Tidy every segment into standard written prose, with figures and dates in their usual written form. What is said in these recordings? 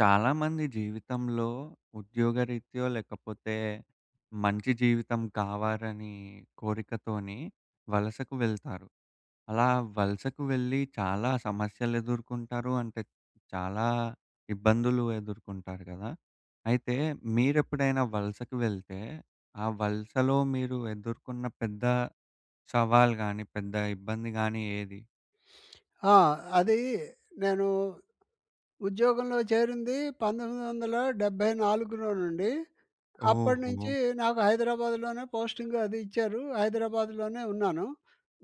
చాలామంది జీవితంలో ఉద్యోగరీత్యో లేకపోతే మంచి జీవితం కావాలని కోరికతోని వలసకు వెళ్తారు. అలా వలసకు వెళ్ళి చాలా సమస్యలు ఎదుర్కొంటారు. అంటే చాలా ఇబ్బందులు ఎదుర్కొంటారు కదా! అయితే మీరెప్పుడైనా వలసకు వెళ్తే ఆ వలసలో మీరు ఎదుర్కొన్న పెద్ద సవాల్ గాని, పెద్ద ఇబ్బంది గాని ఏది? ఆ! అది నేను ఉద్యోగంలో చేరింది 1974 నుండి. ఓహో! అప్పటినుంచి నాకు హైదరాబాద్‌లోనే పోస్టింగ్ అది ఇచ్చారు. హైదరాబాద్‌లోనే ఉన్నాను.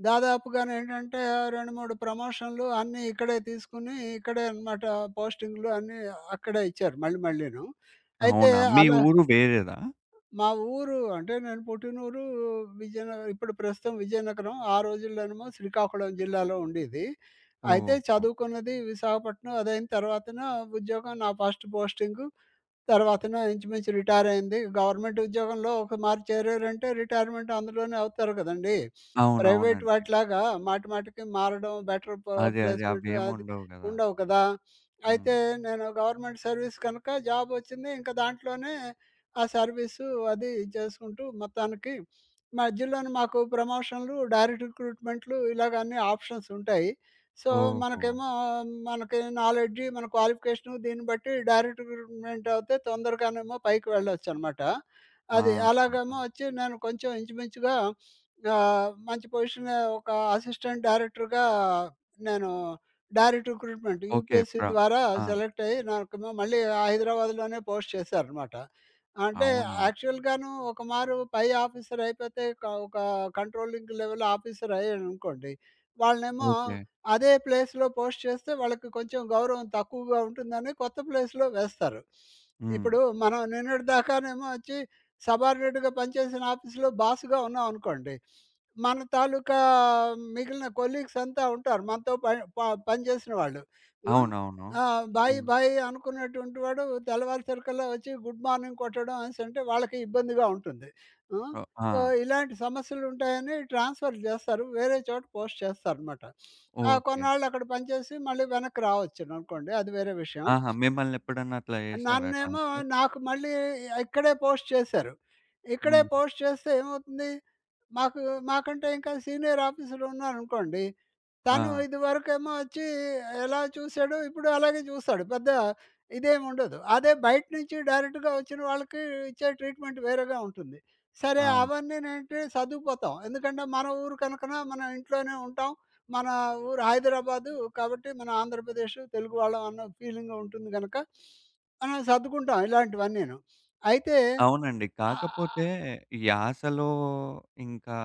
దాదాపుగానేంటంటే 2, 3 ప్రమోషన్‌లు అన్నీ ఇక్కడే తీసుకొని, ఇక్కడే అన్నమాట పోస్టింగ్‌లు అన్నీ అక్కడే ఇచ్చారు మళ్ళీ మళ్ళీను. అయితే అవునా? మీ అలా ఊరు వేరేదా? మా ఊరు అంటే నేను పుట్టిన ఊరు విజయనగరం, ఇప్పుడు ప్రస్తుతం విజయనగరం. ఆ రోజుల్లోనేమో శ్రీకాకుళం జిల్లాలో ఉండేది. అయితే ఓహో! చదువుకున్నది విశాఖపట్నం. అదైన తర్వాతన ఉద్యోగం నా ఫస్ట్ పోస్టింగు తర్వాతనో ఇంచుమించు రిటైర్ అయింది. గవర్నమెంట్ ఉద్యోగంలో ఒక మారు చేరారంటే రిటైర్మెంట్ అందులోనే అవుతారు కదండీ! ప్రైవేట్ అవునవునండి. వాటిలాగా మాటి మాటికి మారడం, బెటర్ అదే. అదే. ప్లేస్‌మెంట్ అది అవేముండవు గదా! ఉండవు కదా! హ్మ్. అయితే నేను గవర్నమెంట్ సర్వీస్ కనుక జాబ్ వచ్చింది. ఇంక దాంట్లోనే ఆ సర్వీసు అది చేసుకుంటూ మొత్తానికి మధ్యలోనే మాకు ప్రమోషన్‌లు, డైరెక్ట్ రిక్రూట్‌మెంట్‌లు ఇలాగ అన్ని ఆప్షన్స్ ఉంటాయి. సో, ఓహో! మనకేమో మనకి నాలెడ్జ్, మన క్వాలిఫికేషను దీన్ని బట్టి డైరెక్ట్ రిక్రూట్‌మెంట్ అవుతే తొందరగానేమో పైకి వెళ్ళొచ్చనమాట. అది. ఆహా! అలాగేమో వచ్చి నేను కొంచెం ఇంచుమించుగా మంచి పొజిషన్ ఒక అసిస్టెంట్ డైరెక్టర్‌గా నేను డైరెక్ట్ రిక్రూట్‌మెంట్ ఓకే. యూపీఎస్‌సి ద్వారా ఆ! సెలెక్ట్ అయ్యి నాకేమో మళ్ళీ హైదరాబాద్‌లోనే పోస్ట్ చేశారనమాట. అంటే అవునా? యాక్చువల్‌గాను ఒక మారు పై ఆఫీసర్ అయిపోతే ఒక కంట్రోలింగ్ లెవెల్ ఆఫీసర్ అయ్యాననుకోండి, వాళ్ళనేమో ఓకే. అదే ప్లేస్‌లో పోస్ట్ చేస్తే వాళ్ళకి కొంచెం గౌరవం తక్కువగా ఉంటుందని కొత్త ప్లేస్‌లో వేస్తారు. హ్మ్. ఇప్పుడు మనం నిన్నటిదాకానేమో వచ్చి సబార్డినేట్‌గా పనిచేసిన ఆఫీస్‌లో బాస్‌గా ఉన్నామనుకోండి. మన తాలూకా మిగిలిన కొలీగ్స్ అంతా ఉంటారు. మనతో ప ప పనిచేసిన వాళ్ళు. ఆ! అవునవును. ఆ! బాయ్ హ్మ్. బాయ్ అనుకున్నటువంటి వాడు తెల్లవారుసరికల్లా వచ్చి గుడ్ మార్నింగ్ కొట్టడం అనేసంటే వాళ్ళకి ఇబ్బందిగా ఉంటుంది. ఆ! ఓహ్! ఆ! సో, ఇలాంటి సమస్యలుంటాయని ట్రాన్స్‌ఫర్ జేస్తారు. వేరే చోట పోస్ట్ చేస్తారనమాట. ఆ! ఓకే. కొన్నాళ్ళు అక్కడ పనిచేసి మళ్ళీ వెనక్కి రావచ్చుననుకోండి. అది వేరే విషయం. ఆహా! మిమ్మల్నెప్పుడన్నా అట్లా జేసినారా నన్నేమో ట్రాన్స్‌ఫర్? నాకు మళ్ళీ ఇక్కడే పోస్ట్ చేశారు. ఇక్కడే హ్మ్. పోస్ట్ చేస్తే ఏమవుతుంది? మాకు మాకంటే ఇంకా సీనియర్ ఆఫీసరున్నారనుకోండి, తను ఆ! ఇదివరకేమో వచ్చి ఎలా చూసాడో ఇప్పుడు అలాగే చూస్తాడు. పెద్ద ఇదేమి ఉండదు. అదే బయట నుంచి డైరెక్ట్‌గా వచ్చిన వాళ్ళకి ఇచ్చే ట్రీట్‌మెంట్ వేరేగా ఉంటుంది. సరే ఆ! అవన్నీనేంటి సర్దుకుపోతాం. ఎందుకంటే మన ఊరు కనుకన మనం ఇంట్లోనే ఉంటాం. మన ఊరు హైదరాబాదు కాబట్టి మన ఆంధ్రప్రదేశ్ తెలుగు వాళ్ళం అన్న ఫీలింగ్ ఉంటుంది గనక మనం సర్దుకుంటాం ఇలాంటివన్నీను. అయితే అవునండి. ఆహ్ కాకపోతే యాసలో ఇంకా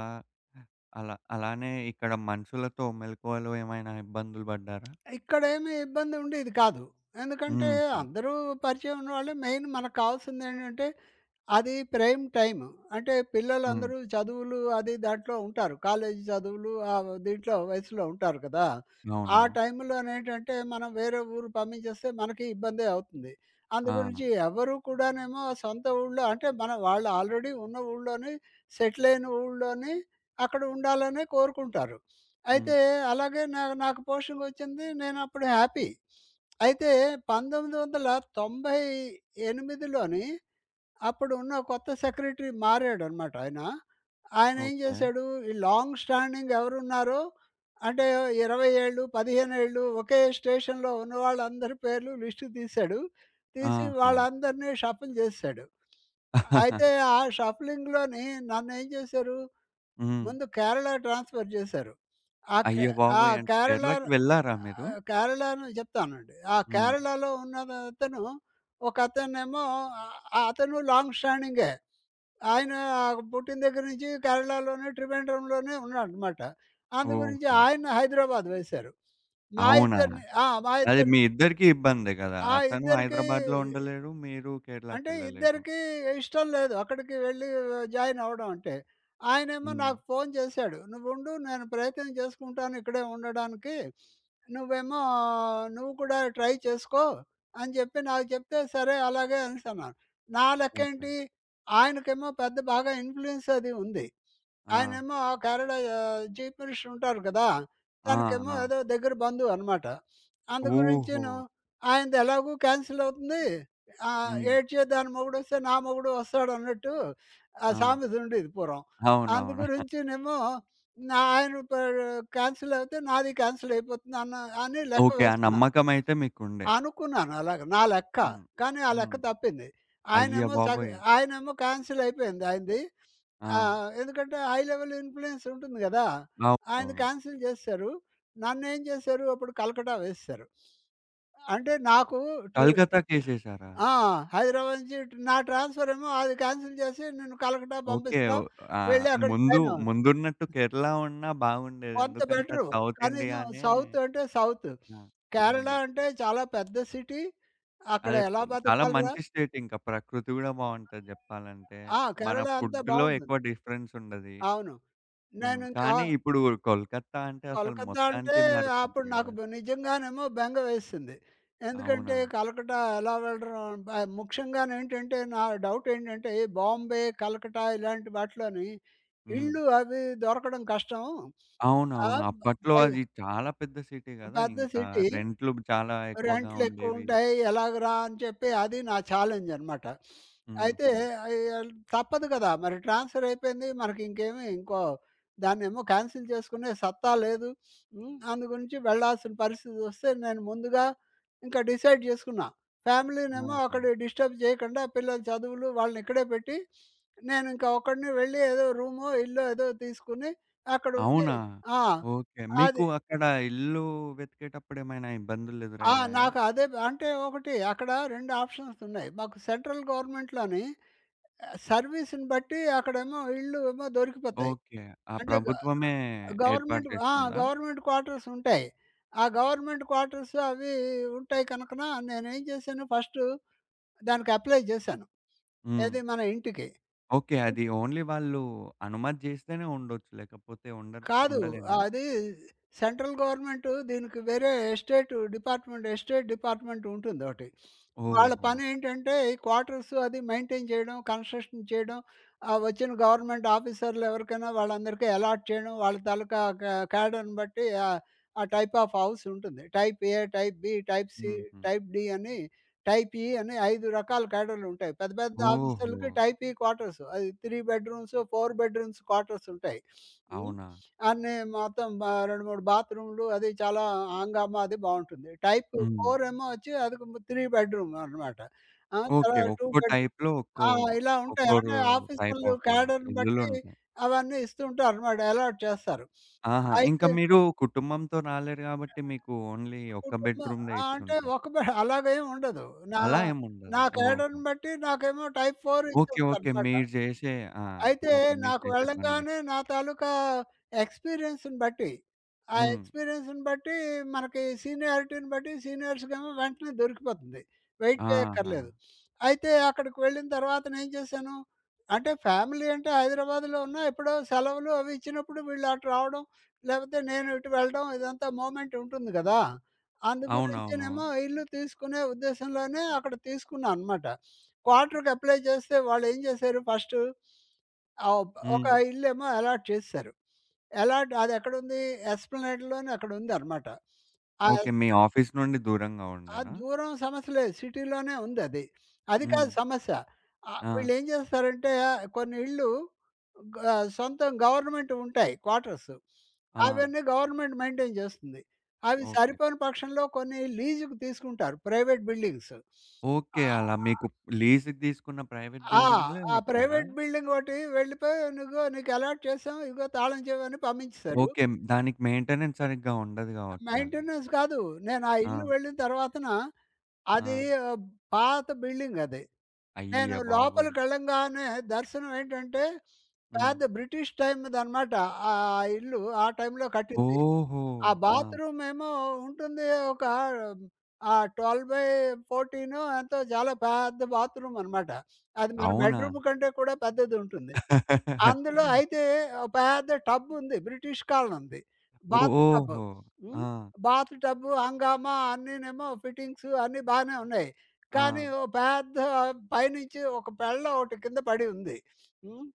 అలా అలానే ఇక్కడ మనుషులతో మెలకువలో ఏమైనా ఇబ్బందులు పడ్డారా? ఇక్కడేమి ఇబ్బంది ఉండేది కాదు. ఎందుకంటే హుహు. అందరూ పరిచయం ఉన్నవాళ్ళే. మెయిన్ మనకు కావాల్సిందేంటంటే అది ప్రైమ్ టైమ్. అంటే హ్మ్. పిల్లలందరూ చదువులు అది దాంట్లో ఉంటారు. కాలేజీ చదువులు దీంట్లో వయసులో ఉంటారు కదా! ఆ అవును. టైంలోనేంటంటే మనం వేరే ఊరు పంపించేస్తే మనకి ఇబ్బందే అవుతుంది. ఆ! అందుగురించి ఎవరు కూడానేమో సొంత ఊళ్ళో అంటే మన వాళ్ళు ఆల్రెడీ ఉన్న ఊళ్ళోని సెటిల్ అయిన ఊళ్ళోని అక్కడ ఉండాలనే కోరుకుంటారు. హ్మ్. అయితే అలాగే నాకు పోషన్‌గొచ్చింది. నేనప్పుడు హ్యాపీ. అయితే 1998లోని అప్పుడున్న కొత్త సెక్రటరీ మారాడనమాట ఆయన. ఆయన ఏం ఓకే. చేశాడు, ఈ లాంగ్ స్టాండింగ్ ఎవరున్నారో అంటే 20 ఏళ్ళు, 15 ఏళ్ళు ఒకే స్టేషన్‌లో ఉన్న వాళ్ళందరి పేర్లు లిస్టు తీశాడు. తీసి ఆహా! వాళ్ళందరినీ షఫుల్ చేసేశాడు. అయితే ఆ షఫ్లింగ్‌లోని నన్నేం చేశారు, హ్మ్. ముందు కేరళ ట్రాన్స్‌ఫర్ చేశారు. ఆ కే అయ్య ఆ! బాబోయ్! అంటే కేరళకి కేరళను వెళ్లారా మీరు? కేరళను చెప్తానండి. ఆ హ్మ్. కేరళలో ఉన్న అతను ఒకతనేమో ఆహ్, అతను లాంగ్ స్టాండింగే. ఆయన ఆ పుట్టిన దగ్గర నుంచి కేరళలోనే, ట్రివేండ్రంలోనే ఉన్నాడనమాట. అందు గురించి ఓహో! ఆయన హైదరాబాద్ వేశారు. మా అవునా? ఇద్దరిని ఆ! మా అది ఇద్దరు మీ ఇద్దరికీ ఇబ్బందే గదా! ఆ! అతను ఇద్దరికి హైదరాబాద్‌లో ఉండలేడు. మీరు అంటే కేరళకెళ్ళలేరు. ఇద్దరికీ ఇష్టం లేదు అక్కడికి వెళ్ళి జాయిన్ అవ్వడం అంటే. ఆయనేమో హ్మ్. నాకు ఫోను చేశాడు. "నువ్వుండు నేను ప్రయత్నం చేసుకుంటాను ఇక్కడే ఉండడానికి. నువ్వేమో నువ్వు కూడా ట్రై చేసుకో" అని చెప్పి నాకు చెప్తే సరే అలాగే అనేసన్నాను. నా ఓకే. లెక్కేంటి, ఆయనకేమో పెద్ద బాగా ఇన్‌ఫ్లుయెన్స్ అది ఉంది. ఆ! ఆయనేమో ఆ కేరళ చీఫ్ మినిస్టర్ ఉంటారు కదా! ఆ! తనకేమో ఆ! ఏదో దగ్గర బంధువు అనమాట. అందు ఓహో! గురించిను ఆయనది ఎలాగూ క్యాన్సిల్ అవుతుంది. హ్మ్. "ఏడ్చే దాని మొగుడొస్తే నా మొగుడు వస్తాడన్నట్టు" ఆ ఆ! సామెత ఉండేది పూర్వం. అందు అవునవును. గురించినేమో నా ఆయన ప క్యాన్సిల్ అయితే నాది క్యాన్సిల్ అయిపోతుంది అని లెక్క ఓకే. ఆ వేసుకున్నాను. నమ్మకం అయితే మీకుండే. అనుకున్నాను అలాగా. నా లెక్క. హ్మ్. కానీ ఆ లెక్క హ్మ్. తప్పింది. అయ్య ఆయనేమో సగ బాబోయ్! ఆయనేమో క్యాన్సిల్ అయిపోయింది ఆయనది. ఆ! ఎందుకంటే హై లెవెల్ ఇన్‌ఫ్లుయెన్స్ ఉంటుంది గదా! ఆయనది అవునవును. క్యాన్సిల్ జేసేశారు. నన్నేం జేశారు అప్పుడు కలకట్టా వేసేశారు. అంటే నాకు ట్యూ కలకత్తాకేసేసారా? ఆ! హైదరాబాద్ నుంచి నా ట్రాన్స్‌ఫర్ ఏమో అది క్యాన్సిల్ జేసి నన్ను కలకట్టా ఓకే. పంపిస్తాం. ఓహ్! ఆహ్, వెళ్లి అక్కడ ముందు జాయిన్ అవ్వాలి. ముందున్నట్టు 'కేరళ' ఉన్నా బాగుండేది. కొంత ఎందుకంటే అది బెటరు. సౌత్ కనీసం ఇండియానే సౌత్ అంటే సౌత్. ఆ! కేరళ హ్మ్. అంటే చాలా పెద్ద సిటీ. అక్కడ అదే ఎలా చాలా బతకాలిరా? మంచి స్టేట్ ఇంకా. ప్రకృతి గూడా బావుంటది జెప్పాలంటే. ఆ! మన కేరళ అంతా ఫుడ్‌లో బావుంటుంది. ఎక్కువ డిఫరెన్స్ ఉండది. అవును. హ్మ్. నేనింకా కానీ ఇప్పుడు 'కోల్కత్తా' అంటే అసలు కలకత్తా అంటే మొత్తానికే మారిపోద్ది అప్పుడు నాకు గదా! నిజంగానేమో బెంగ వేసింది. ఎందుకంటే అవునా? కలకట్టా ఎలా వెళ్ళడం, ముఖ్యంగానేంటంటే నా డౌట్ ఏంటంటే బాంబే, కలకట్టా ఇలాంటి వాటిలోని హ్మ్. ఇళ్ళు అవి దొరకడం కష్టం. ఆ! అవునవును. అప్పట్లో పైగా అది చాలా పెద్ద సిటీ గదా! పెద్ద ఇంకా సిటీ. రెంట్లు చాలా ఎక్కువగా ఉండేవి. రెంట్లెక్కువుంటాయి. ఎలాగరా అని చెప్పి అది నా ఛాలెంజనమాట. అయితే హుహు. తప్పదు కదా! మరి ట్రాన్స్‌ఫర్ అయిపోయింది. మనకింకేమి ఇంకో దాన్నేమో క్యాన్సిల్ చేసుకునే సత్తా లేదు. హ్మ్. అందు గురించి వెళ్ళాల్సిన పరిస్థితొస్తే నేను ముందుగా ఇంకా డిసైడ్ చేసుకున్నా. ఫ్యామిలీనేమో ఆహా! అక్కడ డిస్టర్బ్ చేయకుండా పిల్లల చదువులు వాళ్ళనిక్కడే పెట్టి, నేనింకా ఒక్కడిని వెళ్ళి ఏదో రూమో, ఇల్లో ఏదో తీసుకొని అక్కడుండి అవునా? ఆ! ఓకే. మీకు అది అక్కడ ఇల్లు వెతికేటప్పుడు ఏమైనా ఆ! ఇబ్బందులెదురయ్యాయా? నాకు అదే అంటే ఒకటి అక్కడ 2 ఆప్షన్స్ ఉన్నాయి. మాకు సెంట్రల్ గవర్నమెంట్‌లోని సర్వీస్‌ని బట్టి అక్కడేమో ఇళ్ళు ఏమో దొరికిపోతాయి. ఓకే. ఆ అంటే ప్రభుత్వమే ఏర్పాటు గవర్నమెంట్ ఆ! చేస్తుందా? గవర్నమెంట్ క్వార్టర్స్ ఉంటాయి. ఆ గవర్నమెంట్ క్వార్టర్స్ అవి ఉంటాయి కనుకన నేనేం చేశాను ఫస్టు దానికి అప్లై చేశాను. హ్మ్. ఏది మన ఇంటికి. ఓకే. అది ఓన్లీ వాళ్ళు అనుమతి జేస్తేనే ఉండొచ్చు. లేకపోతే ఉండరు కాదు. ఉండలేమా? అది సెంట్రల్ గవర్నమెంట్ దీనికి వేరే ఎస్టేట్ డిపార్ట్మెంట్ ఉంటుందోటి. వాళ్ళ ఓహో! పనేంటంటే ఈ క్వార్టర్స్ అది మెయింటైన్ చేయడం, కన్స్ట్రక్షన్ చేయడం, వచ్చిన గవర్నమెంట్ ఆఫీసర్లు ఎవరికైనా వాళ్ళందరికీ అలాట్ చేయడం, వాళ్ళ తాలూకా క్యాడర్‌ని బట్టి ఆ టైప్ ఆఫ్ హౌస్ ఉంటుంది. Type A, type B, type C, హుహు. టైప్ డి అని, టైప్ ఇ అని 5 రకాల క్యాడర్‌లుంటాయి. పెద్ద పెద్ద ఓహో! ఆఫీసర్లకి టైప్ ఇ క్వార్టర్స్. అది 3 బెడ్‌రూమ్స్, 4 బెడ్‌రూమ్స్ క్వార్టర్స్ ఉంటాయి. హ్మ్. అవునా? అన్నీ మొత్తం 2, 3 బాత్రూమ్‌లు అది చాలా హంగామా అది బావుంటుంది. టైప్ హ్మ్. 4 ఏమో వచ్చి అది 3 బెడ్‌రూమ్ అనమాట. ఆ! ఓకే. తర్వాత 2 ఒక్కో బెడ్‌రూమ్ టైప్‌లో ఒక్కో ఆ! ఇలా ఉంటాయి. ఒక్కో రో అంటే టైప్ ఆఫీసర్లు ఆఫ్ క్యాడర్‌ని బట్టి ఇల్లులుంటాయి. అవన్నీ ఇస్తూ ఉంటారనమాట. అలాట్ చేస్తారు. ఆహా! ఇంకా అయితే మీరు కుటుంబంతో రాలేరు గాబట్టి మీకు ఓన్లీ ఒక్క కుటుంబ బెడ్‌రూమ్‌దే ఆ! అంటే ఇచ్చుంటారు. ఒక బె అలాగేం ఉండదు. నా అలా ఏముండదా? నా ఓహో! క్యాడర్‌ని బట్టి నాకేమో టైప్ 4 ఓకే. ఓకే. ఇచ్చేస్తారనమాట. మీరు జేసే ఆ! అయితే ఓకే. మీరు నాకు చేసే పని వెళ్ళంగానే బట్టి. నా తాలూకా ఎక్స్‌పీరియన్స్‌ని బట్టి, ఆ హ్మ్. ఎక్స్‌పీరియన్స్‌ని బట్టి మనకి సీనియారిటీని బట్టి సీనియర్స్‌కేమో వెంటనే దొరికిపోతుంది. వెయిట్ ఆహా! చేయక్కర్లేదు. అయితే అక్కడికి వెళ్ళిన తర్వాతనేం చేశాను, అంటే ఫ్యామిలీ అంటే హైదరాబాద్‌లో ఉన్నా ఎప్పుడో సెలవులు అవి ఇచ్చినప్పుడు వీళ్ళు అటు రావడం, లేకపోతే నేను ఇటు వెళ్ళడం ఇదంతా మూమెంట్ ఉంటుంది గదా! అవునవును. అందుగురించినేమో ఇల్లు తీసుకునే ఉద్దేశంలోనే అక్కడ తీసుకున్నా అనమాట. క్వార్టర్‌కి అప్లై చేస్తే వాళ్ళేం చేశారు ఫస్టు ఆవ్ ఒక హ్మ్. ఇల్లేమో అలాట్ చేసేశారు. అలాట్ అదెక్కడుంది? ఎస్ప్లనేడ్‌లోనే అక్కడుందనమాట. ఆ ఓకే. ఎస్ మీ ఆఫీస్ నుండి దూరంగా ఆ ఉండేనా? దూరం సమస్య లేదు. సిటీలోనే ఉందది. అది అది హ్మ్. కాదు సమస్య. ఆ! వీళ్ళేం చేస్తారంటే ఆ, కొన్ని ఇళ్ళు గ సొంతం గవర్నమెంట్‌వుంటాయి క్వార్టర్స్. ఆ! అవన్నీ గవర్నమెంట్ మెయింటైన్ చేస్తుంది. అవి ఓకే. సరిపోని పక్షంలో కొన్ని లీజుకు తీసుకుంటారు ప్రైవేట్ బిల్డింగ్స్. ఓకే. ఆ! అలా మీకు లీజుకి తీసుకున్న ప్రైవేట్ ఆ! బిల్డింగ్‌లే ఆ ఇస్తారా? ప్రైవేట్ బిల్డింగ్ ఒకటి వెళ్ళిపోయి "ఇదిగో నీకు అలాట్ చేసాం. ఇదిగో తాళం చెవి" అని పంపించేసారు. ఓకే. దానికి మెయింటెనెన్స్ సరిగ్గా ఉండదు గావచ్చు మళ్ళీ. మెయింటెనెన్స్ కాదు. నేను ఆ ఆ! ఇల్లు వెళ్ళిన తర్వాతన ఆ! అది ఆహ్, పాత బిల్డింగ్ అది. నేను అయ్య బాబోయ్! లోపలికెళ్ళంగానే దర్శనం ఏంటంటే హ్మ్. పెద్ద బ్రిటిష్ టైమ్‌దనమాట. ఆ ఇల్లు ఆ టైంలో కట్టింది. ఓహో! ఆ ఆ! బాత్రూమ్ ఏమో ఉంటుంది ఒక 12/14 ఎంతో చాలా పెద్ద బాత్రూమ్ అనమాట. అది మన అవునా? బెడ్‌రూమ్ కంటే కూడా పెద్దది ఉంటుంది. అందులో అయితే ఓ పెద్ద టబ్బుంది. బ్రిటిష్ కాలనింది. Bath tub. ఓహో! ఆ! హ్మ్. బాత్ టబ్, హంగామా అన్నీనేమో ఫిట్టింగ్స్ అన్నీ బానే ఉన్నాయి. ఆ! కానీ ఓ పెద్ద పైనుంచి ఒక ఒకటి కింద పడి ఉంది. హ్మ్.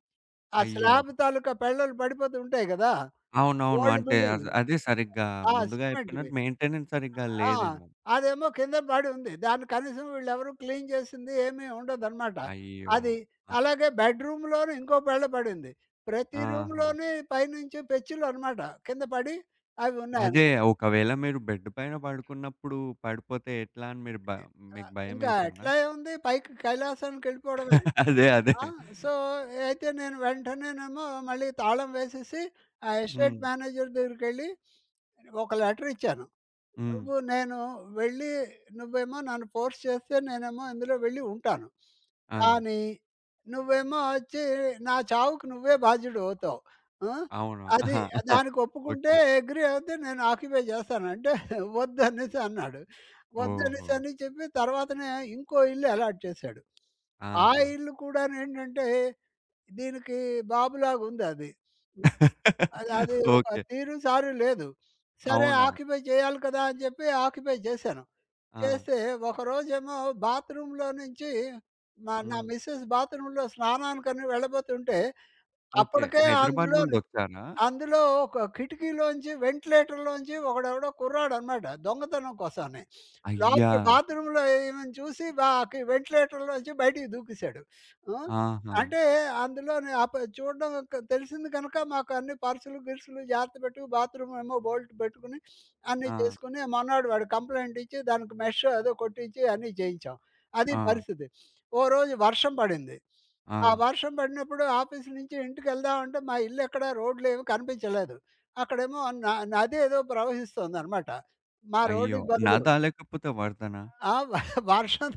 ఆ అయ్యో! స్లాబ్ తాలూకా పెళ్ళలు పడిపోతూ ఉంటాయి గదా! అవునవును. ఓల్డ్ అంటే బిల్డింగ్‌లు. అదే సరిగ్గా ఆ! ముందుగా సిమెంట్‌వి. చెప్పినట్టు మెయింటెనెన్స్ సరిగ్గా ఆ! లేదేమో. అదేమో కింద పడి ఉంది. దాన్ని కనీసం వీళ్ళెవరు క్లీన్ చేసింది ఏమీ ఉండదనమాట. అయ్యో! అది ఆ! అలాగే బెడ్‌రూమ్‌లోను ఇంకో బెల్ల పడింది. ప్రతి ఆహా! రూమ్‌లోని పైనుంచి పెచ్చులనమాట కింద పడి అవి అదే ఉన్నాయనమాట. ఒకవేళ మీరు బెడ్ పైన పడుకున్నప్పుడు పడిపోతే ఎట్లా అని మీరు బ మీకు ఇంకా భయమేసిందా? ఎట్లా ఏముంది, పైకి కైలాసానికెళ్ళిపోవడమే. అదే. అదే. ఆ! సో, అయితే నేను వెంటనేనేమో మళ్ళీ తాళం వేసేసి ఆ హ్మ్. ఎస్టేట్ మేనేజర్ దగ్గరికెళ్ళి ఒక లెటరిచ్చాను. హ్మ్. నేను వెళ్ళి నువ్వేమో నన్ను ఫోర్స్ చేస్తే నేనేమో ఇందులో వెళ్ళి ఉంటాను. ఆ! కానీ నువ్వేమో వచ్చి నా చావుకి నువ్వే బాధ్యుడివి అవుతావు. ఆ! అవును. అది ఆహా! దానికి ఒప్పుకుంటే ఓకే. అగ్రీ అయితే నేను ఆక్యుపై చేస్తాను. అంటే వద్దనేసి అన్నాడు. ఓహో! వద్దనేసని చెప్పి తర్వాతనే ఇంకో ఇల్లు అలాట్ చేశాడు. ఆ ఆహా! ఇల్లు కూడానేంటంటే దీనికి బాబులాగుందది. అది అది ఒక ఓకే. తీరు సారు లేదు. సరే అవునా? ఆక్యుపై చేయాలి కదా అని చెప్పి ఆక్యుపై చేశాను. ఆ! చేస్తే ఒకరోజేమో బాత్రూమ్‌లో నుంచి నా హ్మ్. మిసెస్ బాత్రూమ్‌లో స్నానానికని వెళ్ళబోతుంటే ఓకే. అప్పటికే హైదరాబాద్ అందులోని నుండొచ్చారా? అందులో ఒక కిటికీలోంచి వెంటిలేటర్‌లోంచి ఒకడెవడో కుర్రాడనమాట దొంగతనం కోసమని అయ్యా! లోపల బాత్రూమ్‌లో ఈమెను చూసి బా కి వెంటిలేటర్‌లోంచి బయటికి దూకేశాడు. ఆ! ఆహా! అంటే అందులోని చూడడం తెలిసింది గనుక మాకు అన్ని పర్సులు, గిర్సులు జాగ్రత్త పెట్టుకు బాత్రూమ్ ఏమో బోల్ట్ పెట్టుకుని అన్నీ ఆ! చేసుకుని మొన్నాడు వాడు కంప్లెయింట్ ఇచ్చి దానికి మెష్ అదో కొట్టించి అన్నీ చేయించాం. అది ఆ! పరిస్థితి. ఓ రోజు వర్షం పడింది. ఆ! ఆ వర్షం పడినప్పుడు ఆఫీస్ నుంచి ఇంటికెళ్దామంటే మా ఇల్లెక్కడ, రోడ్లేమి కనిపించలేదు. అక్కడేమో నది ఏదో ప్రవహిస్తోందనమాట మా అయ్యో! రోడ్డుకి బదులు. నదా లేకపోతే వరదనా? ఆ! వర్షం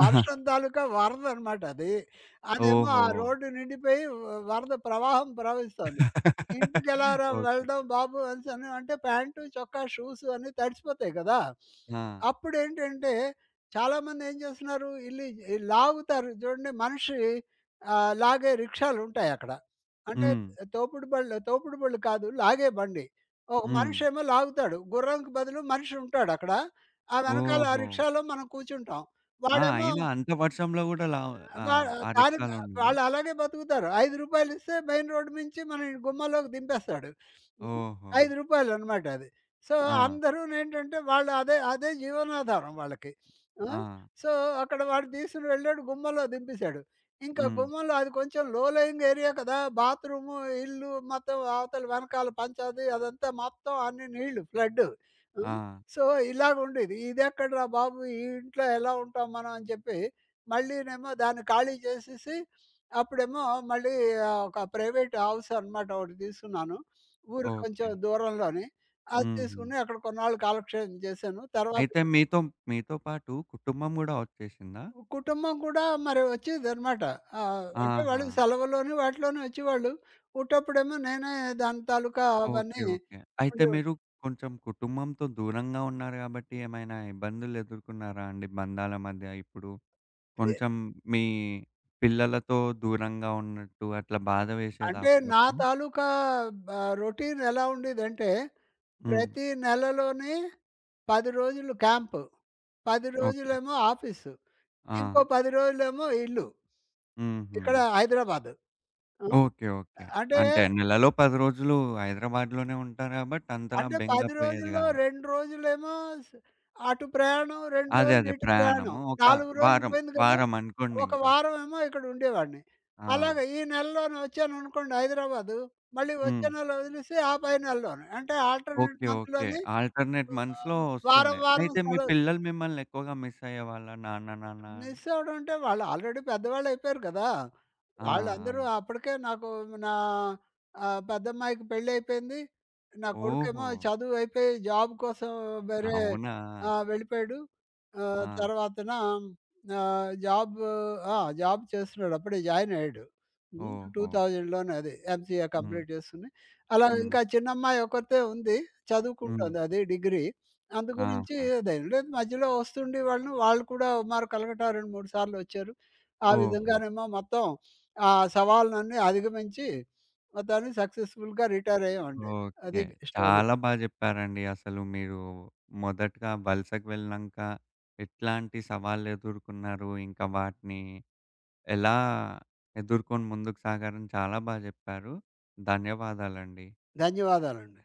వర్షం తాలూకా వరద అనమాట అది. అదేమో ఆ ఓహో! రోడ్డు నిండిపోయి వరద ప్రవాహం ప్రవహిస్తోంది. ఇంటికెలారా ఓకే. వెళ్దాం బాబు అనేసని అంటే ప్యాంటు, చొక్కా, షూస్ అన్నీ తడిసిపోతాయి కదా! ఆ! అప్పుడేంటంటే చాలామంది ఏం చేస్తున్నారు ఈ లాగుతారు చూడండి మనిషి, లాగే రిక్షాలుంటాయక్కడ. అంటే హ్మ్. తోపుడు బళ్ళు కాదు, లాగే బండి. ఒక హ్మ్. మనిషేమో లాగుతాడు. గుర్రంకి బదులు మనిషి ఉంటాడక్కడ. ఆ వెనకాల ఆ ఓహో! రిక్షాలో మనం కూర్చుంటాం. ఆ! వాడేమో అయినా అంత వర్షంలో గూడా లా వా ఆహ్, ఆ దానికి రిక్షాలోనేనా? వాళ్ళు అలాగే బతుకుతారు. రూ. 5 ఇస్తే మెయిన్ రోడ్ నుంచి మన గుమ్మలోకి దింపేస్తాడు. హ్మ్. ఓహో! రూ. 5 అది. సో, ఆ! అందరూనేంటంటే వాళ్ళు అదే అదే జీవనాధారం వాళ్ళకి. ఆ! ఆ! సో, అక్కడ వాడు తీసుకొని వెళ్ళాడు గుమ్మలో దింపేసాడు. ఇంకా హ్మ్. గుమ్మంలో అది కొంచెం లో లేయింగ్ ఏరియా కదా! బాత్రూము, ఇల్లు మొత్తం అవతల వెనకాల పంచాది అదంతా మొత్తం అన్ని నీళ్లు ఫ్లడ్డు. ఆ! హ్మ్. సో, ఇలాగుండేది. ఇదెక్కడరా బాబు! ఈ ఇంట్లో ఎలా ఉంటాం మనం అని చెప్పి మళ్ళీనేమో దాన్ని ఖాళీ చేసేసి అప్పుడేమో మళ్ళీ ఒక ప్రైవేట్ హౌస్ అనమాట ఒకటి తీసుకున్నాను. ఊరికి కొంచెం ఓకే. దూరంలోని. అది హుహు. తీసుకొని అక్కడ కొన్నాళ్ళు కాలక్షేపం చేశాను. తర్వాత అయితే మీతో మీతో పాటు కుటుంబం గూడా వచ్చేసిందా? కుటుంబం కూడా మరి వచ్చేదనమాట. అంటే వాళ్ళు ఆహా! సెలవుల్లోని వాటిలోనే వచ్చేవాళ్ళు. ఉట్టప్పుడేమో నేనే దాని తాలూకా ఓకే. అవన్నీ ఓకే. అయితే ఉండేవి. మీరు కొంచెం కుటుంబంతో దూరంగా ఉన్నారు గాబట్టి ఏమైనా ఇబ్బందులు ఎదుర్కున్నారా అండి బంధాల మధ్య? ఇప్పుడు కొంచెం మీ పిల్లలతో దూరంగా ఉన్నట్టు అట్లా బాధ వేసేదా అంటే నా అప్పుడప్పుడు? తాలూకా బ రొటీన్ ఎలా ఉండేదంటే హ్మ్. ప్రతి నెలలోని 10 రోజులు క్యాంపు. 10 ఓకే. రోజులేమో ఆఫీసు. ఆ! ఇంకో 10 రోజులేమో ఇల్లు. హుహు. ఇక్కడ హైదరాబాదు. ఆ! ఓకే. ఓకే. అంటే అంటే నెలలో 10 రోజులు హైదరాబాద్‌లోనే ఉంటారు గాబట్టి అంతలా అంటే బెంగ 10 పోయేది రోజుల్లో గాదు. 2 రోజులేమో స్ అటు ప్రయాణం, 2 అదే. రోజులు అదే. ఇటు ప్రయాణం. ప్రయాణము 4 రోజులు వారం, పోయింది కదా! వారం ఒక అనుకోండింకా. వారం ఏమో ఇక్కడ ఉండేవాడిని. ఆ! అలాగే ఈ నెలలోనే వచ్చాననుకోండి హైదరాబాదు. మళ్ళీ వచ్చే హ్మ్. నెల వదిలేసి ఆ పై నెలలోనే. అంటే ఆల్టర్‌నేట్ ఓకే. ఓకే. మంత్‌లోని ఆల్టర్‌నేట్ మంత్స్‌లో ఆహ్, వారం వస్తుండే. వారం అయితే మీ సెలవు. పిల్లలు మిమ్మల్ని ఎక్కువగా మిస్ అయ్యేవాళ్ళా? నాన్న నాన్న అని? మిస్ అవ్వడం అంటే వాళ్ళు ఆల్రెడీ పెద్దవాళ్ళయిపోయారు కదా! ఆ! వాళ్ళందరూ ఆ! అప్పటికే నాకు నా పెద్దమ్మాయికి పెళ్ళయిపోయింది. నా కొడుకేమో ఓహో! చదువు అయిపోయి జాబ్ కోసం వేరే అవునా? ఆ! వెళ్ళిపోయాడు. ఆ! తర్వాతన ఆహ్, జాబ్ ఆ! జాబ్ చేస్తున్నాడు. అప్పుడే జాయిన్ అయ్యాడు. హ్మ్. ఓహో! 2000లోనే అది ఎంసీఏ హ్మ్. కంప్లీట్ చేసుకుని. అలా హ్మ్. ఇంకా చిన్నమ్మాయి ఒకతే ఉంది. హ్మ్. చదువుకుంటోంది అది డిగ్రీ. అందు గురించి ఆహా! అదేం లేదు మధ్యలో వస్తుండి వాళ్ళను, వాళ్ళు కూడా మరి కలకట్టా 2, 3 సార్లు వచ్చారు. ఆ హ్మ్. ఓహో! విధంగానేమో మొత్తం ఆ సవాలునన్నీ అధిగమించి మొత్తానికి సక్సెస్‌ఫుల్‌గా రిటైర్ అయ్యామండి. ఓకే. అది స్టోరీ. చాలా బా జెప్పారండి. అసలు మీరు మొదటగా వలసకు వెళ్ళినంక ఎట్లాంటి సవాళ్ళెదుర్కున్నారు? ఇంకా వాటిని ఎలా ఎదుర్కొని ముందుకు సాగారని చాలా బా జెప్పారు. ధన్యవాదాలండి. ధన్యవాదాలండి.